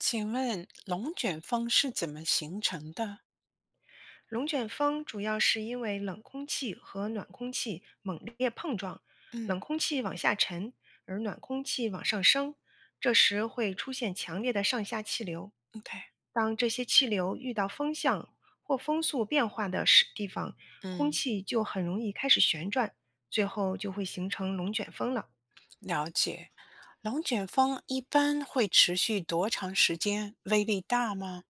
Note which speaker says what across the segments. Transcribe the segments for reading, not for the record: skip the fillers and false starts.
Speaker 1: 请问龙卷风是怎么形成的？
Speaker 2: 龙卷风主要是因为冷空气和暖空气猛烈碰撞，
Speaker 1: 嗯
Speaker 2: 冷空气往下沉，而暖空气往上升，这时会出现强烈的上下气流。
Speaker 1: ，OK，
Speaker 2: 当这些气流遇到风向或风速变化的时地方，空
Speaker 1: 嗯，
Speaker 2: 气就很容易开始旋转，最后就会形成龙卷风了。
Speaker 1: 了解。龙卷风一般会持续多长时间？威力大吗？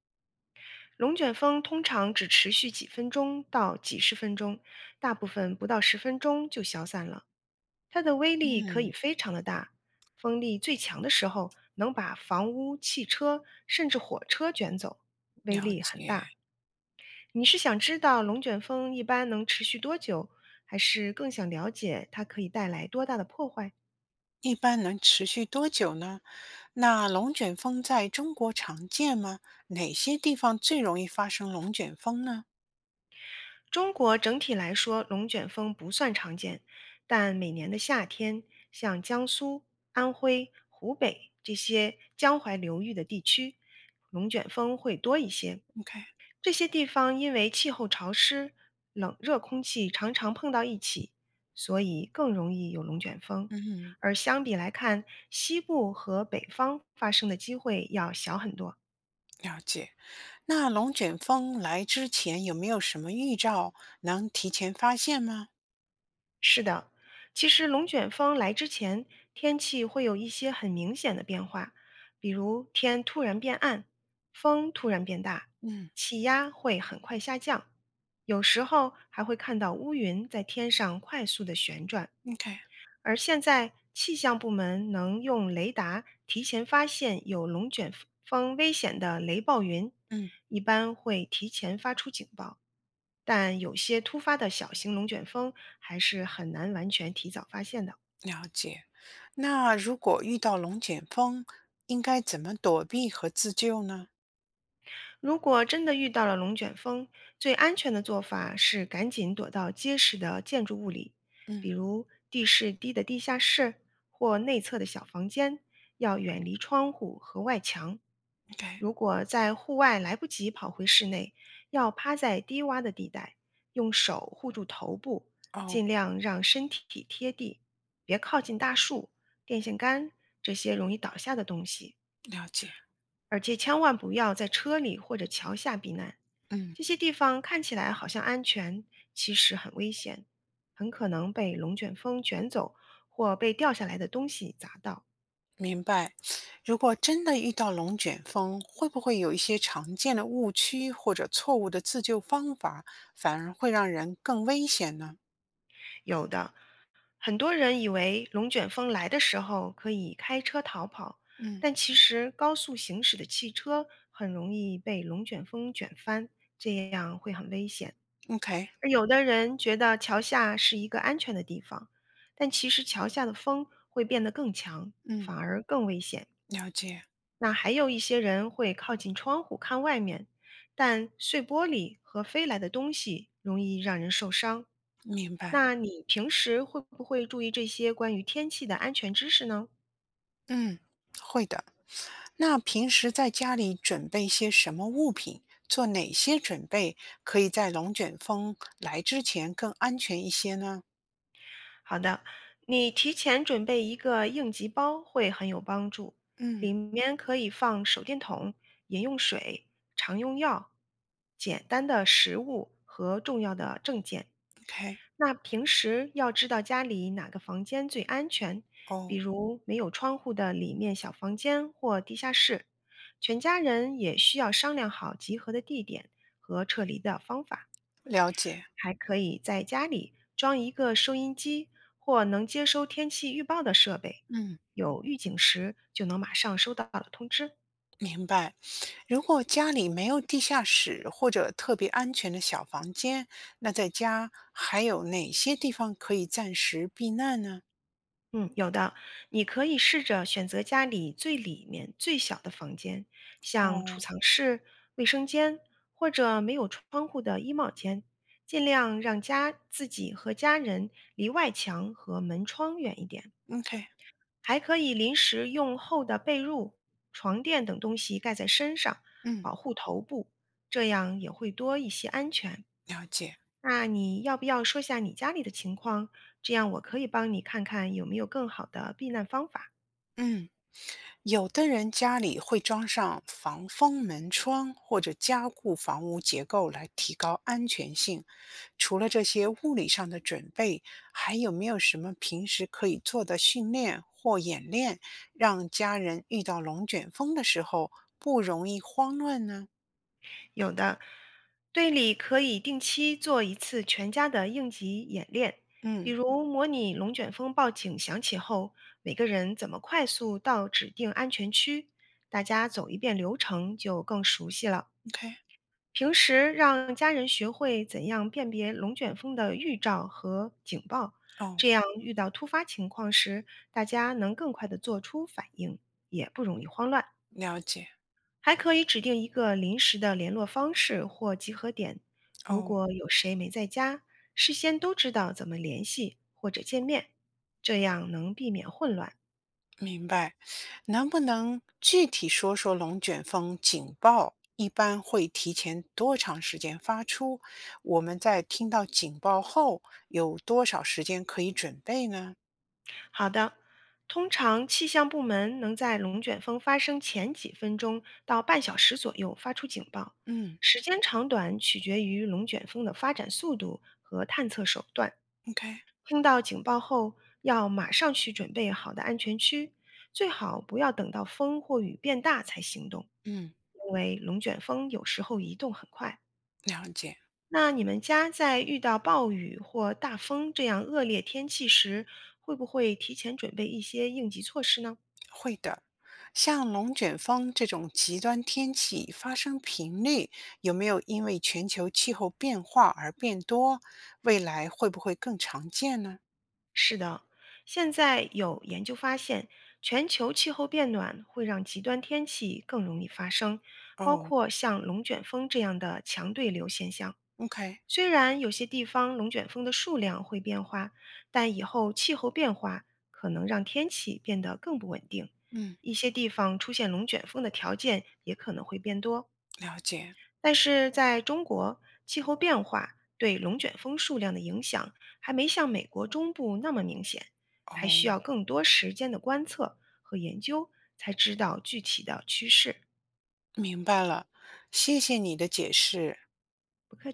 Speaker 2: 龙卷风通常只持续几分钟到几十分钟，大部分不到十分钟就消散了。它的威力可以
Speaker 1: 嗯，
Speaker 2: 非常的大，风力最强的时候能把房屋、汽车甚至火车卷走，威
Speaker 1: 了
Speaker 2: 力很
Speaker 1: 解。
Speaker 2: 大。你是想知道龙卷风一般能持续多久，还是更想了解它可以带来多大的破坏？
Speaker 1: 一般能持续多久呢？那龙卷风在中国常见吗？哪些地方最容易发生龙卷风呢
Speaker 2: 中国整体来说，龙卷风不算常见，但每年的夏天，像江苏、安徽、湖北这些江淮流域的地区，龙卷风会多一些。
Speaker 1: ？OK，
Speaker 2: 这些地方因为气候潮湿，冷热空气常常碰到一起，所以更容易有龙卷风。
Speaker 1: 嗯，
Speaker 2: 而相比来看，西部和北方发生的机会要小很多。
Speaker 1: 了解。那龙卷风来之前有没有什么预兆能提前发现吗？
Speaker 2: 是的，其实龙卷风来之前，天气会有一些很明显的变化，比如天突然变暗，风突然变大，
Speaker 1: 嗯
Speaker 2: 气压会很快下降，有时候还会看到乌云在天上快速的旋转。
Speaker 1: ，OK，
Speaker 2: 而现在，气象部门能用雷达提前发现有龙卷风危险的雷暴云，
Speaker 1: 嗯。
Speaker 2: 一般会提前发出警报。但有些突发的小型龙卷风还是很难完全提早发现的。
Speaker 1: 了解。那如果遇到龙卷风，应该怎么躲避和自救呢？
Speaker 2: 如果真的遇到了龙卷风，最安全的做法是赶紧躲到结实的建筑物里，
Speaker 1: 嗯
Speaker 2: 比如地势低的地下室或内侧的小房间，要远离窗户和外墙。
Speaker 1: ，OK，
Speaker 2: 如果在户外来不及跑回室内，要趴在低洼的地带，用手护住头部，
Speaker 1: 哦，
Speaker 2: 尽量让身体贴地，别靠近大树、电线杆这些容易倒下的东西。
Speaker 1: 了解，
Speaker 2: 而且千万不要在车里或者桥下避难，
Speaker 1: 嗯，
Speaker 2: 这些地方看起来好像安全，其实很危险，很可能被龙卷风卷走或被掉下来的东西砸到。
Speaker 1: 明白。如果真的遇到龙卷风，会不会有一些常见的误区或者错误的自救方法，反而会让人更危险呢？
Speaker 2: 有的，很多人以为龙卷风来的时候可以开车逃跑，
Speaker 1: 嗯
Speaker 2: 但其实高速行驶的汽车很容易被龙卷风卷翻，这样会很危险。
Speaker 1: ，OK，
Speaker 2: 而有的人觉得桥下是一个安全的地方，但其实桥下的风会变得更强，
Speaker 1: 嗯，
Speaker 2: 反而更危险。
Speaker 1: 了解，
Speaker 2: 那还有一些人会靠近窗户看外面，但碎玻璃和飞来的东西容易让人受伤。
Speaker 1: 明白。
Speaker 2: 那你平时会不会注意这些关于天气的安全知识呢？
Speaker 1: 嗯，会的。那平时在家里准备些什么物品，做哪些准备，可以在龙卷风来之前更安全一些呢？
Speaker 2: 好的，你提前准备一个应急包会很有帮助，里
Speaker 1: 嗯
Speaker 2: 面可以放手电筒、饮用水、常用药、简单的食物和重要的证件。
Speaker 1: ，OK，
Speaker 2: 那平时要知道家里哪个房间最安全，比
Speaker 1: 哦，
Speaker 2: 如没有窗户的里面小房间或地下室。全家人也需要商量好集合的地点和撤离的方法。
Speaker 1: 了解，
Speaker 2: 还可以在家里装一个收音机或能接收天气预报的设备，
Speaker 1: 嗯，
Speaker 2: 有预警时就能马上收到了通知。
Speaker 1: 明白。如果家里没有地下室或者特别安全的小房间，那在家还有哪些地方可以暂时避难呢？
Speaker 2: 嗯，有的，你可以试着选择家里最里面最小的房间，像储
Speaker 1: 哦
Speaker 2: 藏室、卫生间或者没有窗户的衣帽间，尽量让家自己和家人离外墙和门窗远一点。
Speaker 1: ，OK，
Speaker 2: 还可以临时用厚的被褥、床垫等东西盖在身上，
Speaker 1: 嗯，
Speaker 2: 保护头部，这样也会多一些安全。
Speaker 1: 了解，
Speaker 2: 那你要不要说下你家里的情况？这样我可以帮你看看有没有更好的避难方法。
Speaker 1: 嗯。有的人家里会装上防风门窗，或者加固房屋结构来提高安全性。除了这些物理上的准备，还有没有什么平时可以做的训练或演练，让家人遇到龙卷风的时候不容易慌乱呢？
Speaker 2: 有的，队里可以定期做一次全家的应急演练，比
Speaker 1: 嗯
Speaker 2: 如模拟龙卷风报警响起后，每个人怎么快速到指定安全区，大家走一遍流程就更熟悉了。
Speaker 1: ，OK，
Speaker 2: 平时让家人学会怎样辨别龙卷风的预兆和警报，
Speaker 1: 哦，
Speaker 2: 这样遇到突发情况时，大家能更快地做出反应，也不容易慌乱。
Speaker 1: 了解，
Speaker 2: 还可以指定一个临时的联络方式或集合点，如
Speaker 1: 哦。
Speaker 2: 果有谁没在家，事先都知道怎么联系或者见面，这样能避免混乱。
Speaker 1: 明白，能不能具体说说龙卷风警报一般会提前多长时间发出？我们在听到警报后有多少时间可以准备呢？
Speaker 2: 好的，通常气象部门能在龙卷风发生前几分钟到半小时左右发出警报，
Speaker 1: 嗯
Speaker 2: 时间长短取决于龙卷风的发展速度和探测手段。
Speaker 1: ，OK，
Speaker 2: 听到警报后，要马上去准备好的安全区，最好不要等到风或雨变大才行动，
Speaker 1: 嗯，
Speaker 2: 因为龙卷风有时候移动很快。
Speaker 1: 了解，
Speaker 2: 那你们家在遇到暴雨或大风这样恶劣天气时，会不会提前准备一些应急措施呢？
Speaker 1: 会的。像龙卷风这种极端天气发生频率有没有因为全球气候变化而变多？未来会不会更常见呢？
Speaker 2: 是的，现在有研究发现，全球气候变暖会让极端天气更容易发生，包
Speaker 1: 哦
Speaker 2: 括像龙卷风这样的强对流现象。
Speaker 1: ，OK，
Speaker 2: 虽然有些地方龙卷风的数量会变化，但以后气候变化可能让天气变得更不稳定，
Speaker 1: 嗯，
Speaker 2: 一些地方出现龙卷风的条件也可能会变多。
Speaker 1: 了解，
Speaker 2: 但是在中国，气候变化对龙卷风数量的影响还没像美国中部那么明显，还需要
Speaker 1: 哦。
Speaker 2: 更多时间的观测和研究才知道具体的趋势。
Speaker 1: 明白了，谢谢你的解释。
Speaker 2: 不客气。